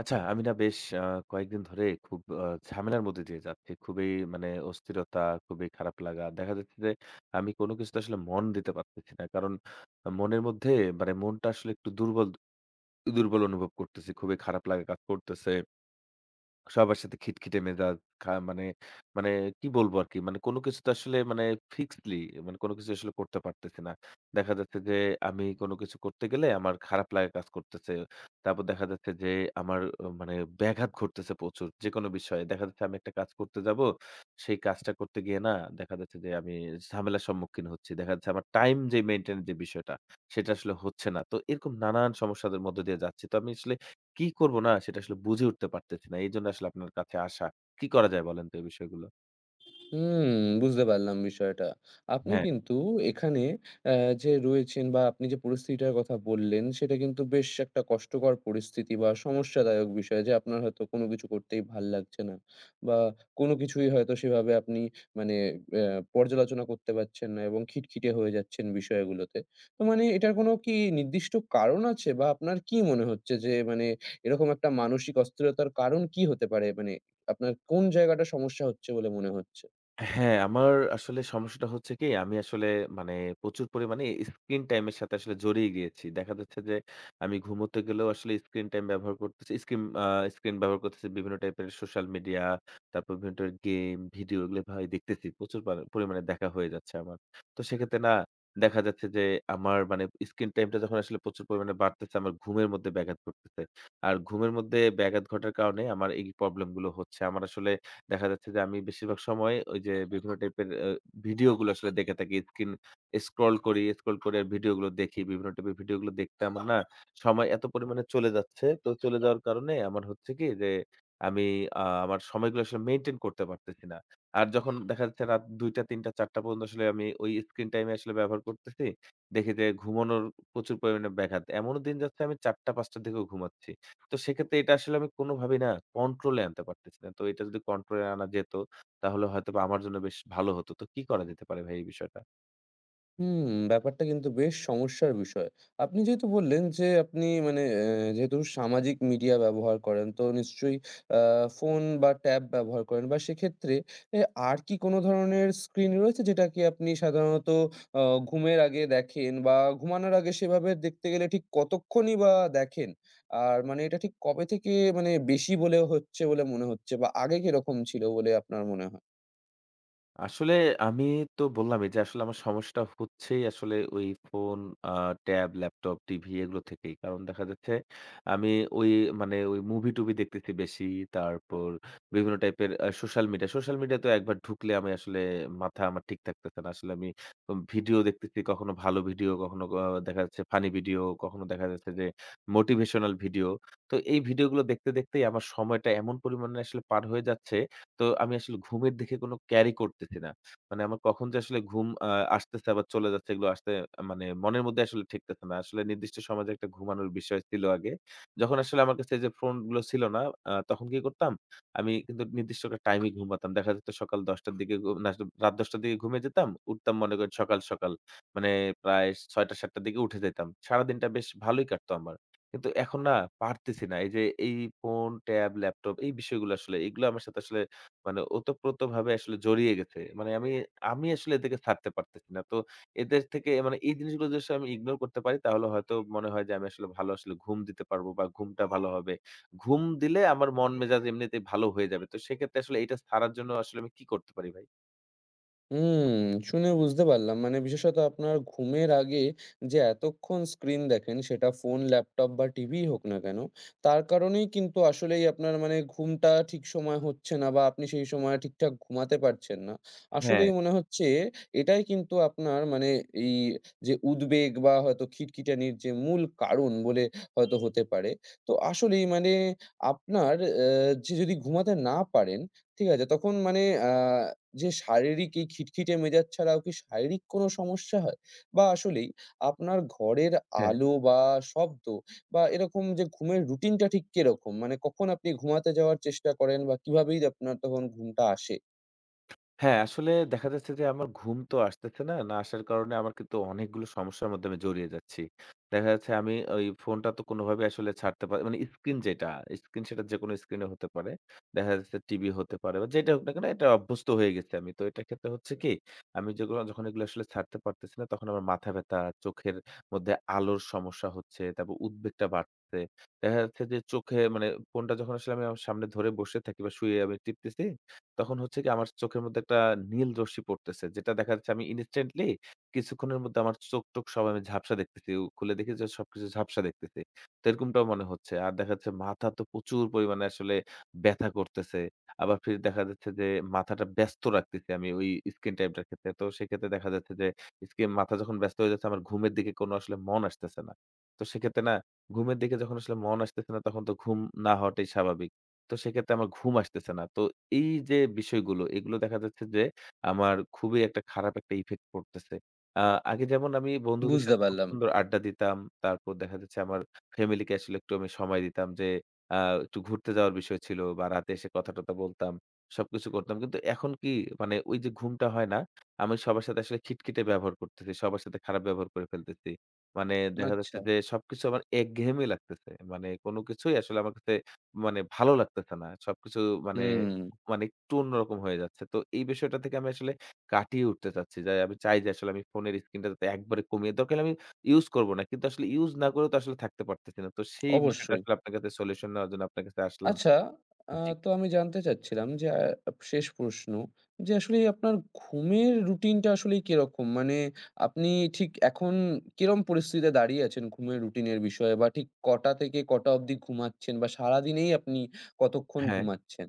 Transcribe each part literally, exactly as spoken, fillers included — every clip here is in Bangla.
আচ্ছা, আমি না বেশ আ কয়েকদিন ধরে খুব আ ঝামেলার মধ্যে দিয়ে যাচ্ছি। খুবই মানে অস্থিরতা, খুবই খারাপ লাগা। দেখা যাচ্ছে যে আমি কোনো কিছুতে আসলে মন দিতে পারতেছি না। কারণ মনের মধ্যে মানে মনটা আসলে একটু দুর্বল, দুর্বল অনুভব করতেছি। খুবই খারাপ লাগা কাজ করতেছে। সবার সাথে খিটখিটে মেজাজ খা মানে মানে কি বলবো আরকি? মানে কোন কিছুতে আসলে মানে ফিক্সডলি মানে কোন কিছু আসলে করতে পারতেছি না। দেখা যাচ্ছে যে আমি কোন কিছু করতে গেলে আমার খারাপ লাগা কাজ করতেছে। তারপর দেখা যাচ্ছে যে আমার অ মানে ব্যাঘাত ঘটতেছে প্রচুর। যেকোনো বিষয়ে। দেখা যাচ্ছে আমি একটা কাজ করতে যাবো। সেই কাজটা করতে গিয়ে না দেখা যাচ্ছে যে আমি ঝামেলার সম্মুখীন হচ্ছি। দেখা যাচ্ছে আমার টাইম যে মেইনটেইন যে বিষয়টা সেটা আসলে হচ্ছে না। তো এরকম নানান সমস্যাদের মধ্য দিয়ে যাচ্ছি। তো আমি আসলে কি করব না সেটা আসলে বুঝে উঠতে পারতেছি না। এইজন্য আসলে আপনার কাছে আসা। কি করা যায় বলেন তো এই বিষয়গুলো? হুম, বুঝতে পারলাম বিষয়টা। আপনি কিন্তু এখানে অ্যা যে রয়েছেন বা আপনি যে পরিস্থিতিটার কথা বললেন, সেটা কিন্তু বেশ একটা কষ্টকর পরিস্থিতি বা সমস্যাদায়ক বিষয় যে আপনার হয়তো কোনো কিছু করতেই ভাল লাগছে না বা কোনো কিছুই হয়তো সেভাবে আপনি মানে অ্যা পর্যালোচনা করতে পারছেন না এবং খিটখিটে হয়ে যাচ্ছেন বিষয়গুলোতে। তো মানে এটার কোনো কি নির্দিষ্ট কারণ আছে বা আপনার কি মনে হচ্ছে যে মানে এরকম একটা মানসিক অস্থিরতার কারণ কি হতে পারে? মানে আপনার কোন জায়গাটা সমস্যা হচ্ছে বলে মনে হচ্ছে? হ্যাঁ, আমার আসলে সমস্যাটা হচ্ছে কি আমি আসলে মানে প্রচুর পরিমাণে স্ক্রিন টাইম এর সাথে আসলে জড়িয়ে গিয়েছি। দেখা যাচ্ছে যে আমি ঘুমোতে গেলেও আসলে স্ক্রিন টাইম ব্যবহার করতেছি। স্ক্রিন আ স্ক্রিন ব্যবহার করতেছি বিভিন্ন টাইপের সোশ্যাল মিডিয়া, তারপর বিভিন্ন টাইপের গেম, ভিডিও এগুলো ভাই দেখতেছি। প্রচুর পা পরিমাণে দেখা হয়ে যাচ্ছে আমার। তো সেক্ষেত্রে না দেখা যাচ্ছে যে আমার মানে স্ক্রিন টাইমটা যখন আসলে প্রচুর পরিমাণে বাড়তেছে আমার ঘুমের মধ্যে ব্যাঘাত ঘটতেছে। আর ঘুমের মধ্যে ব্যাঘাত ঘটার কারণে আমার এই প্রবলেম গুলো হচ্ছে। আমার আসলে দেখা যাচ্ছে যে আমি বেশিরভাগ সময় ওই যে বিভিন্ন টাইপের আ ভিডিওগুলো আসলে দেখে থাকি। স্কিন স্ক্রল করি, স্ক্রল করে ভিডিওগুলো দেখি। বিভিন্ন টাইপের ভিডিওগুলো দেখতে আমার না সময় এত পরিমাণে চলে যাচ্ছে। তো চলে যাওয়ার কারণে আমার হচ্ছে কি যে আমি আ আমার সময়গুলো আসলে মেইনটেইন করতে পারতেছি না। আর যখন দেখা যাচ্ছে রাত দুইটা, তিনটা, চারটা পর্যন্ত আসলে আমি ওই স্ক্রিন টাইম এ আসলে ব্যবহার করতেছি। দেখি যে ঘুমানোর প্রচুর পরিমাণে ব্যাঘাত। এমনও দিন যাচ্ছে আমি চারটা, পাঁচটা র দিকেও ঘুমাচ্ছি। তো সেক্ষেত্রে এটা আসলে আমি কোনোভাবেই না কন্ট্রোলে আনতে পারতেছি না। তো এটা যদি কন্ট্রোলে আনা যেত, তাহলে হয়তোবা আমার জন্য বেশ ভালো হতো। তো কি করা যেতে পারে ভাই এই বিষয়টা? হুম, ব্যাপারটা কিন্তু বেশ সমস্যার বিষয়। আপনি যেহেতু বললেন যে আপনি মানে অ্যা যেহেতু সামাজিক মিডিয়া ব্যবহার করেন, তো নিশ্চয়ই আ ফোন বা ট্যাব ব্যবহার করেন বা সেক্ষেত্রে এ আর কি কোনো ধরনের স্ক্রিন রয়েছে যেটা কি আপনি সাধারণত আ ঘুমের আগে দেখেন বা ঘুমানোর আগে সেভাবে দেখতে গেলে ঠিক কতক্ষণই বা দেখেন? আর মানে এটা ঠিক কবে থেকে মানে বেশি বলে হচ্ছে বলে মনে হচ্ছে বা আগে কিরকম ছিল বলে আপনার মনে হয়? আসলে আমি তো বললামই যে আসলে আমার সমস্যাটা হচ্ছেই আসলে ওই ফোন, আ ট্যাব, ল্যাপটপ, টিভি এগুলো থেকেই। কারণ দেখা যাচ্ছে আমি ওই মানে ওই মুভি-টুভি দেখতেছি বেশি। তারপর বিভিন্ন টাইপের আ সোশ্যাল মিডিয়া। সোশ্যাল মিডিয়া তো একবার ঢুকলে আমি আসলে মাথা আমার ঠিক থাকতেছে না। আসলে আমি উম ভিডিও দেখতেছি, কখনো ভালো ভিডিও, কখনো ক দেখা যাচ্ছে ফানি ভিডিও, কখনো দেখা যাচ্ছে যে মোটিভেশনাল ভিডিও। তো এই ভিডিওগুলো দেখতে, দেখতেই আমার সময়টা এমন পরিমাণে আসলে পার হয়ে যাচ্ছে তো আমি আসলে ঘুমের দিকে কোনো ক্যারি করতেছি না। মানে আমার কখন যে আসলে ঘুম আ আসতেছে আবার চলে যাচ্ছে এগুলো আসতে মানে মনের মধ্যে আসলে ঠেকতেছে না। আসলে নির্দিষ্ট সময় যে একটা ঘুমানোর বিষয় ছিল আগে। যখন আসলে আমার কাছে এই যে ফোনগুলো ছিল না আ তখন কি করতাম? আমি কিন্তু নির্দিষ্ট একটা টাইমে ঘুমাতাম। দেখা যেত সকাল দশটা র দিকে ঘু না রাত দশটা র দিকে ঘুমিয়ে যেতাম। উঠতাম মনে করেন সকাল, সকাল। মানে প্রায় ছয়টা থেকে সাতটা র দিকে উঠে যেতাম। সারাদিনটা বেশ ভালোই কাটতো আমার। কিন্তু এখন না পারতেছি না। এই যে এই ফোন, ট্যাব, ল্যাপটপ এই বিষয়গুলো আসলে এগুলো আমার সাথে আসলে মানে ওতপ্রোতভাবে আসলে জড়িয়ে গেছে। মানে আমি, আমি আসলে এদেরকে ছাড়তে পারতেছি না। তো এদের থেকে মানে এই জিনিসগুলো যদি আসলে আমি ইগনোর করতে পারি তাহলে হয়তো মনে হয় যে আমি আসলে ভালো আসলে ঘুম দিতে পারবো বা ঘুমটা ভালো হবে। ঘুম দিলে আমার মন মেজাজ এমনিতেই ভালো হয়ে যাবে। তো সেক্ষেত্রে আসলে এটা ছাড়ার জন্য আসলে আমি কি করতে পারি ভাই? হুম, শুনে বুঝতে পারলাম। মানে বিশেষত আপনার ঘুমের আগে যে এতক্ষণ স্ক্রিন দেখেন সেটা ফোন, ল্যাপটপ বা টিভিই হোক না কেন, তার কারণেই কিন্তু আসলেই আপনার মানে ঘুমটা ঠিক সময়ে হচ্ছে না বা আপনি সেই সময়ে ঠিকঠাক ঘুমাতে পারছেন না। হ্যাঁ, আসলেই মনে হচ্ছে এটাই কিন্তু আপনার মানে এই যে উদ্বেগ বা হয়তো খিটখিটানির যে মূল কারণ বলে হয়তো হতে পারে। তো আসলেই মানে আপনার অ্যা যে যদি ঘুমাতে না পারেন, ঠিক আছে? তখন মানে আ যে শারীরিক এই খিটখিটে মেজাজ ছাড়াও কি শারীরিক কোনো সমস্যা হয়? বা আসলেই আপনার ঘরের হ্যাঁ। আলো বা শব্দ বা এরকম যে ঘুমের রুটিনটা ঠিক কিরকম? মানে কখন আপনি ঘুমাতে যাওয়ার চেষ্টা করেন বা কিভাবেই আপনার তখন ঘুমটা আসে? হ্যাঁ, আসলে দেখা যাচ্ছে যে আমার ঘুম তো আসতেছে না। না আসার কারণে আমার কিন্তু অনেকগুলো সমস্যার মধ্যে আমি জড়িয়ে যাচ্ছি। দেখা যাচ্ছে আমি ওই ফোনটা তো কোনোভাবে আসলে ছাড়তে পার মানে স্ক্রিন যেটা, স্ক্রিন সেটা যেকোনো স্ক্রিনে হতে পারে। দেখা যাচ্ছে টিভি হতে পারে বা যেটা হোক না কেন এটা অভ্যস্ত হয়ে গেছি আমি। তো এটার ক্ষেত্রে হচ্ছে কি আমি যেগুলো যখন এগুলো আসলে ছাড়তে পারতেছি না তখন আমার মাথা ব্যথা, চোখের মধ্যে আলোর সমস্যা হচ্ছে, তারপর উদ্বেগটা বাড়ছে। দেখা যাচ্ছে যে চোখে মানে ফোনটা যখন আসলে আমি আমার সামনে ধরে বসে থাকি বা শুয়ে আমি টিপতেছি তখন হচ্ছে কি আমার চোখের মধ্যে একটা নীল রশ্মি পড়তেছে। যেটা দেখা যাচ্ছে আমি ইনস্ট্যান্টলি কিছুক্ষণের মধ্যে আমার চোখ-টোখ সব আমি ঝাপসা দেখতেছি। উ খুলে দেখি যে সবকিছু ঝাপসা দেখতেছি। তো এরকমটাও মনে হচ্ছে। আর দেখা যাচ্ছে মাথা তো প্রচুর পরিমাণে আসলে ব্যথা করতেছে। আবার ফির দেখা যাচ্ছে যে মাথাটা ব্যস্ত রাখতেছি আমি ওই স্ক্রিন টাইমটার ক্ষেত্রে। তো সেক্ষেত্রে দেখা যাচ্ছে যে স্ক্রিন মাথা যখন ব্যস্ত হয়ে যাচ্ছে আমার ঘুমের দিকে কোনো আসলে মন আসতেছে না। তো সেক্ষেত্রে না ঘুমের দিকে যখন আসলে মন আসতেছে না তখন তো ঘুম না হওয়াটাই স্বাভাবিক। তো সেক্ষেত্রে আমার ঘুম আসতেছে না। তো এই যে বিষয়গুলো, এগুলো দেখা যাচ্ছে যে আমার খুবই একটা খারাপ একটা ইফেক্ট পড়তেছে। আ আগে যেমন আমি বন্ধুদের বুঝতে সাথে খুব পারলাম। সুন্দর আড্ডা দিতাম। তারপর দেখা যাচ্ছে আমার ফ্যামিলিকে আসলে একটু আমি সময় দিতাম যে আ একটু ঘুরতে যাওয়ার বিষয় ছিল বা রাতে এসে কথা-টথা বলতাম। সবকিছু করতাম। কিন্তু এখন কি মানে ওই যে ঘুমটা হয় না, আমি সবার সাথে আসলে খিটখিটে ব্যবহার করতেছি। সবার সাথে খারাপ ব্যবহার করে ফেলতেছি। মানে দেখা যাচ্ছে আচ্ছা। যে সবকিছু আমার একঘেয়েমি লাগতেছে। মানে কোন কিছুই আসলে আমার কাছে মানে ভালো লাগতেছে না। সবকিছু মানে, হুম, মানে একটু অন্যরকম হয়ে যাচ্ছে। তো এই বিষয়টা থেকে আমি আসলে কাটিয়ে উঠতে চাচ্ছি। যে আমি চাই যে আসলে আমি ফোনের স্ক্রিনটা যাতে একবারে কমিয়ে দরকার হলে আমি ইউজ করব না। কিন্তু আসলে ইউজ না করেও তো আসলে থাকতে পারতেছি না। তো সেই বিষয়টা অবশ্যই। আসলে আপনার কাছে সলিউশন নেওয়ার জন্য আপনার কাছে আসলাম। আচ্ছা, আ জি। তো আমি জানতে চাচ্ছিলাম যে আ শেষ প্রশ্ন যে আসলে আপনার ঘুমের রুটিনটা আসলে কিরকম? মানে আপনি ঠিক এখন কিরম পরিস্থিতিতে দাঁড়িয়ে আছেন ঘুমের রুটিনের বিষয়ে বা ঠিক কটা থেকে কটা অবধি ঘুমাচ্ছেন বা সারাদিনেই আপনি কতক্ষণ হ্যাঁ। ঘুমাচ্ছেন?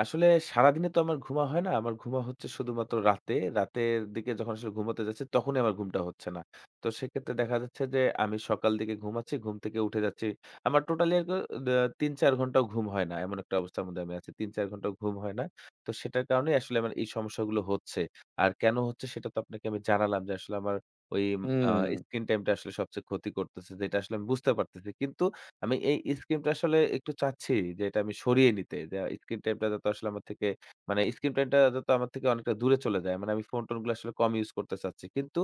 আসলে সারাদিনে তো আমার ঘুমা হয় না। আমার ঘুমা হচ্ছে শুধুমাত্র রাতে। রাতের দিকে যখন আসলে ঘুমোতে যাচ্ছি, তখনই আমার ঘুমটা হচ্ছে না। তো সেক্ষেত্রে দেখা যাচ্ছে যে, আমি সকাল দিকে ঘুমাচ্ছি, ঘুম থেকে উঠে যাচ্ছি। আমার টোটালি আরকি দা তিন চার ঘন্টাও ঘুম হয় না। এমন একটা অবস্থার মধ্যে আমি আছি। তিন চার ঘন্টাও ঘুম হয় না। তো সেটার কারণেই আসলে আমার এই সমস্যাগুলো হচ্ছে। আর কেন হচ্ছে সেটা তো আপনাকে আমি জানালাম যে, আসলে আমার ওই আ হুম। স্ক্রিন টাইমটা আসলে সবচেয়ে ক্ষতি করতেছে। যেটা আসলে আমি বুঝতে পারতেছি। কিন্তু আমি এই স্ক্রিন টা আসলে একটু চাচ্ছি যে এটা আমি সরিয়ে নিতে। যে স্ক্রিন টাইম টা যাতে আসলে আমার থেকে মানে স্ক্রিন টাইম টা যাতে আমার থেকে অনেকটা দূরে চলে যায়। মানে আমি ফোন-টোন গুলো আসলে কম ইউজ করতে চাচ্ছি। কিন্তু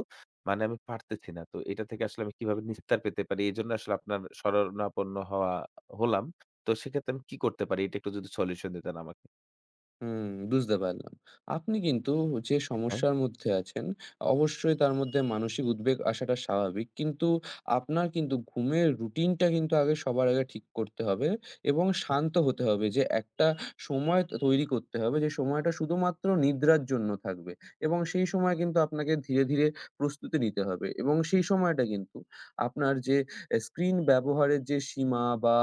মানে আমি পারতেছি না। তো এটা থেকে আসলে আমি কিভাবে নিস্তার পেতে পারি? এজন্য আসলে আপনার শরণাপন্ন হওয়া হলাম। তো সেক্ষেত্রে আমি কি করতে পারি? এটা একটু যদি সলিউশন দিতেন আমাকে। হুম, বুঝতে পারলাম। আপনি কিন্তু যে হ্যাঁ, সমস্যার মধ্যে আছেন, অবশ্যই তার মধ্যে মানসিক উদ্বেগ আসাটা স্বাভাবিক। কিন্তু আপনার কিন্তু ঘুমের রুটিনটা কিন্তু আগে সবার আগে ঠিক করতে হবে এবং শান্ত হতে হবে যে একটা সময় ত তৈরি করতে হবে যে সময়টা শুধুমাত্র নিদ্রার জন্য থাকবে। এবং সেই সময় কিন্তু আপনাকে ধীরে, ধীরে প্রস্তুতি নিতে হবে। এবং সেই সময়টা কিন্তু আপনার যে এ স্ক্রিন ব্যবহারের যে সীমা বা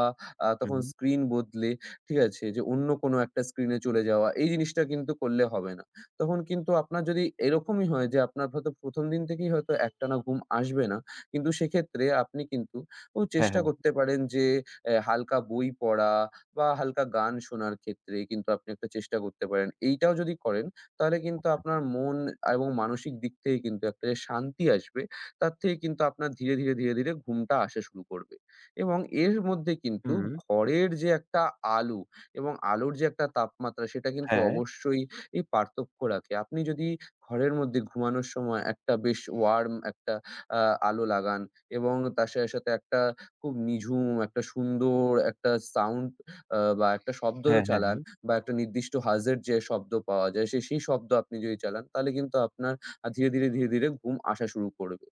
আ তখন হুম, স্ক্রিন বদলে ঠিক আছে? যে অন্য কোনো একটা স্ক্রিনে চলে যাওয়া, এই জিনিসটা কিন্তু করলে হবে না। তখন কিন্তু আপনার যদি এরকমই হয় যে আপনার হয়তো প্রথম দিন থেকেই হয়তো একটানা ঘুম আসবে না। কিন্তু সেক্ষেত্রে আপনি কিন্তু উ হ্যাঁ, চেষ্টা হ্যাঁ, করতে পারেন যে অ্যা হালকা বই পড়া বা হালকা গান শোনার ক্ষেত্রে কিন্তু আপনি একটা চেষ্টা করতে পারেন। এইটাও যদি করেন তাহলে কিন্তু আচ্ছা। আপনার মন এবং মানসিক দিক থেকে কিন্তু একটা যে শান্তি আসবে, তার থেকে কিন্তু আপনার ধীরে, ধীরে, ধীরে, ধীরে ঘুমটা আসা শুরু করবে। এবং এর মধ্যে কিন্তু হুম। ঘরের যে একটা আলো এবং আলোর যে একটা তাপমাত্রা সেটা কিন্তু হ্যাঁ, অবশ্যই ই পার্থক্য রাখে। আপনি যদি ঘরের মধ্যে ঘুমানোর সময় একটা বেশ ওয়ার্ম একটা আ আলো লাগান এবং তার সাথে, সাথে একটা খুব নিঝুম একটা সুন্দর একটা সাউন্ড আ বা একটা শব্দ হ্যাঁ, হ্যাঁ, চালান হ্যাঁ। বা একটা নির্দিষ্ট হাজের যে শব্দ পাওয়া যায় সে সেই শব্দ আপনি যদি চালান তাহলে কিন্তু আপনার আ ধীরে, ধীরে, ধীরে, ধীরে ঘুম আসা শুরু করবে।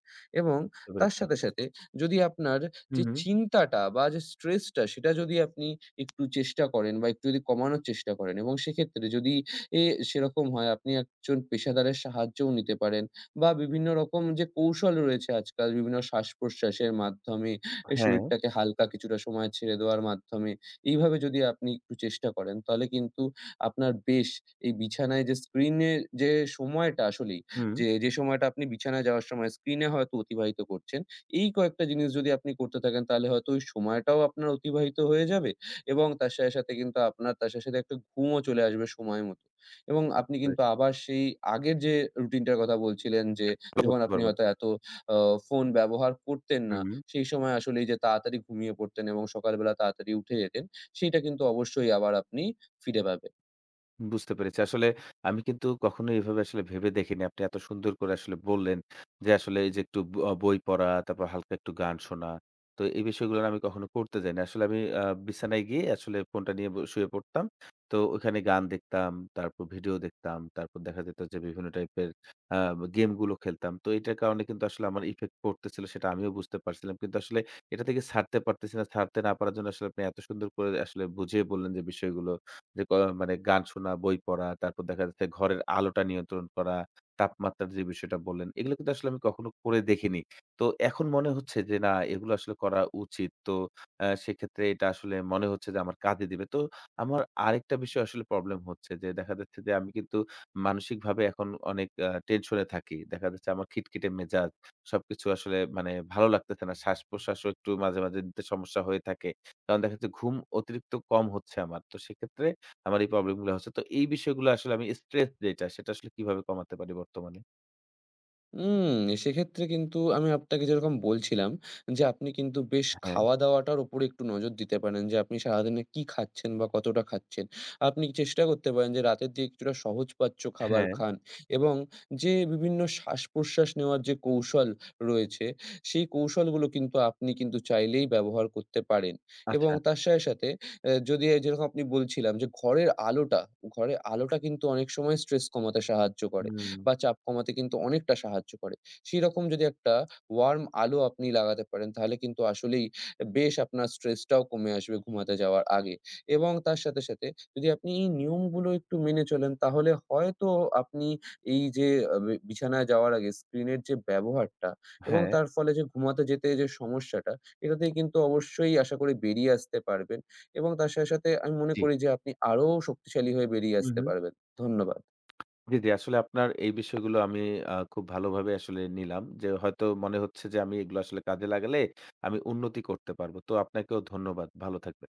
এবং বুঝতে তার পেরেছি। সাথে, সাথে, যদি আপনার যে হুম, চিন্তাটা বা যে স্ট্রেসটা সেটা যদি আপনি একটু চেষ্টা করেন বা একটু যদি কমানোর চেষ্টা করেন এবং সেক্ষেত্রে যদি এ সেরকম হয় আপনি একজন পেশাদারের সাহায্যও নিতে পারেন বা বিভিন্ন রকম যে কৌশল রয়েছে আজকাল বিভিন্ন শ্বাস-প্রশ্বাসের মাধ্যমে এ হ্যাঁ, শরীরটাকে হালকা কিছুটা সময় ছেড়ে দেওয়ার মাধ্যমে এইভাবে যদি আপনি একটু চেষ্টা করেন তাহলে কিন্তু আপনার বেশ এই বিছানায় যে স্ক্রিনে যে সময়টা আসলেই হুম, হুম। যে, যে সময়টা আপনি বিছানায় যাওয়ার সময় স্ক্রিনে হয়তো অতিবাহিত করছেন, এই কয়েকটা জিনিস যদি আপনি করতে থাকেন তাহলে হয়তো ওই সময়টাও আপনার অতিবাহিত হয়ে যাবে এবং তার সাথে, সাথে কিন্তু আপনার তার সাথে, সাথে একটা ঘুমও চলে আসবে সময় মতো। এবং বুঝতে আপনি কিন্তু পেরেছি। আবার সেই আগের যে রুটিনটার কথা বলছিলেন যে, ভালো যখন করতে আপনি পারবো। হয়তো এত আ ফোন ব্যবহার করতেন না, হুম। সেই সময় আসলে এই যে তাড়াতাড়ি ঘুমিয়ে পড়তেন এবং সকালবেলা তাড়াতাড়ি উঠে যেতেন, সেইটা কিন্তু অবশ্যই আবার আপনি ফিরে পাবেন। বুঝতে পেরেছি। আসলে আমি কিন্তু কখনো এভাবে আসলে ভেবে দেখিনি। আপনি এত সুন্দর করে আসলে বললেন যে, আসলে এই যে একটু ব আহ বই পড়া, তারপর হালকা একটু গান শোনা। তো এই বিষয়গুলো না আমি কখনো করতে যাইনি। আসলে আমি আ বিছানায় গিয়ে আসলে ফোনটা নিয়ে ব শুয়ে পড়তাম। তো ওখানে গান দেখতাম, তারপর ভিডিও দেখতাম, তারপর দেখা যেত যে বিভিন্ন টাইপের আ গেমগুলো খেলতাম। তো এটার কারণে কিন্তু আসলে আমার ইফেক্ট পড়তেছিল সেটা আমিও বুঝতে পারছিলাম। কিন্তু আসলে এটা থেকে ছাড়তে পারতেছি না। ছাড়তে না পারার জন্য আসলে আপনি এত সুন্দর করে আসলে বুঝিয়ে বললেন যে বিষয়গুলো। যে ক মানে গান শোনা, বই পড়া, তারপর দেখা যাচ্ছে ঘরের আলোটা নিয়ন্ত্রণ করা, তাপমাত্রার যে বিষয়টা বললেন, এগুলো কিন্তু আসলে আমি কখনো করে দেখিনি। তো এখন মনে হচ্ছে যে না এগুলো আসলে করা উচিত। তো আ সেক্ষেত্রে এটা আসলে মনে হচ্ছে যে আমার কাজে দিবে। তো আমার আরেকটা বিষয় আসলে প্রবলেম হচ্ছে যে দেখা যাচ্ছে যে আমি কিন্তু মানসিকভাবে এখন অনেক আ টেনশনে থাকি। দেখা যাচ্ছে আমার খিটখিটে মেজাজ, সবকিছু আসলে মানে ভালো লাগতেছে না। শ্বাস-প্রশ্বাসও একটু মাঝে, মাঝে নিতে সমস্যা হয়ে থাকে। কারণ দেখা যাচ্ছে ঘুম অতিরিক্ত কম হচ্ছে আমার। তো সেক্ষেত্রে আমার এই প্রবলেম গুলো হচ্ছে। তো এই বিষয়গুলো আসলে আমি স্ট্রেস যেটা সেটা আসলে কিভাবে কমাতে পারি বর্তমানে? উম সেক্ষেত্রে কিন্তু আমি আপনাকে যেরকম বলছিলাম যে, আপনি কিন্তু বেশ হ্যাঁ, খাওয়া-দাওয়াটার উপরে একটু নজর দিতে পারেন যে, আপনি সারাদিনে কি খাচ্ছেন বা কতটা খাচ্ছেন। আপনি চেষ্টা করতে পারেন যে, রাতের দিকে কিছুটা সহজপাচ্য খাবার হ্যাঁ, খান এবং যে বিভিন্ন শ্বাস-প্রশ্বাস নেওয়ার যে কৌশল রয়েছে, সেই কৌশলগুলো কিন্তু আপনি কিন্তু চাইলেই ব্যবহার করতে পারেন। এবং আচ্ছা। তার সাথে, সাথে অ্যা যদি এই যেরকম আপনি বলছিলাম যে, ঘরের আলোটা, ঘরের আলোটা কিন্তু অনেক সময় স্ট্রেস কমাতে সাহায্য করে। হুম। বা চাপ কমাতে কিন্তু অনেকটা সাহায্য করে। সেরকম যদি একটা ওয়ার্ম আলো আপনি লাগাতে পারেন তাহলে কিন্তু আসলেই বেশ আপনার স্ট্রেসটাও কমে আসবে ঘুমাতে যাওয়ার আগে। এবং তার সাথে, সাথে যদি আপনি এই নিয়মগুলো একটু মেনে চলেন তাহলে হয়তো আপনি এই যে আ বি বিছানায় যাওয়ার আগে স্ক্রিনের যে ব্যবহারটা এবং হ্যাঁ, তার ফলে যে ঘুমাতে যেতে যে সমস্যাটা, এটা থেকে কিন্তু অবশ্যই আশা করি বেরিয়ে আসতে পারবেন এবং তার সাথে, সাথে আমি মনে জি। করি যে আপনি আরো শক্তিশালী হয়ে বেরিয়ে হুম, আসতে হুম। পারবেন। ধন্যবাদ। জি, জি। আসলে আপনার এই বিষয়গুলো আমি আ খুব ভালোভাবে আসলে নিলাম। যে হয়তো মনে হচ্ছে যে আমি এগুলো আসলে কাজে লাগালে আমি উন্নতি করতে পারব। তো আপনাকেও ধন্যবাদ। ভালো থাকবেন।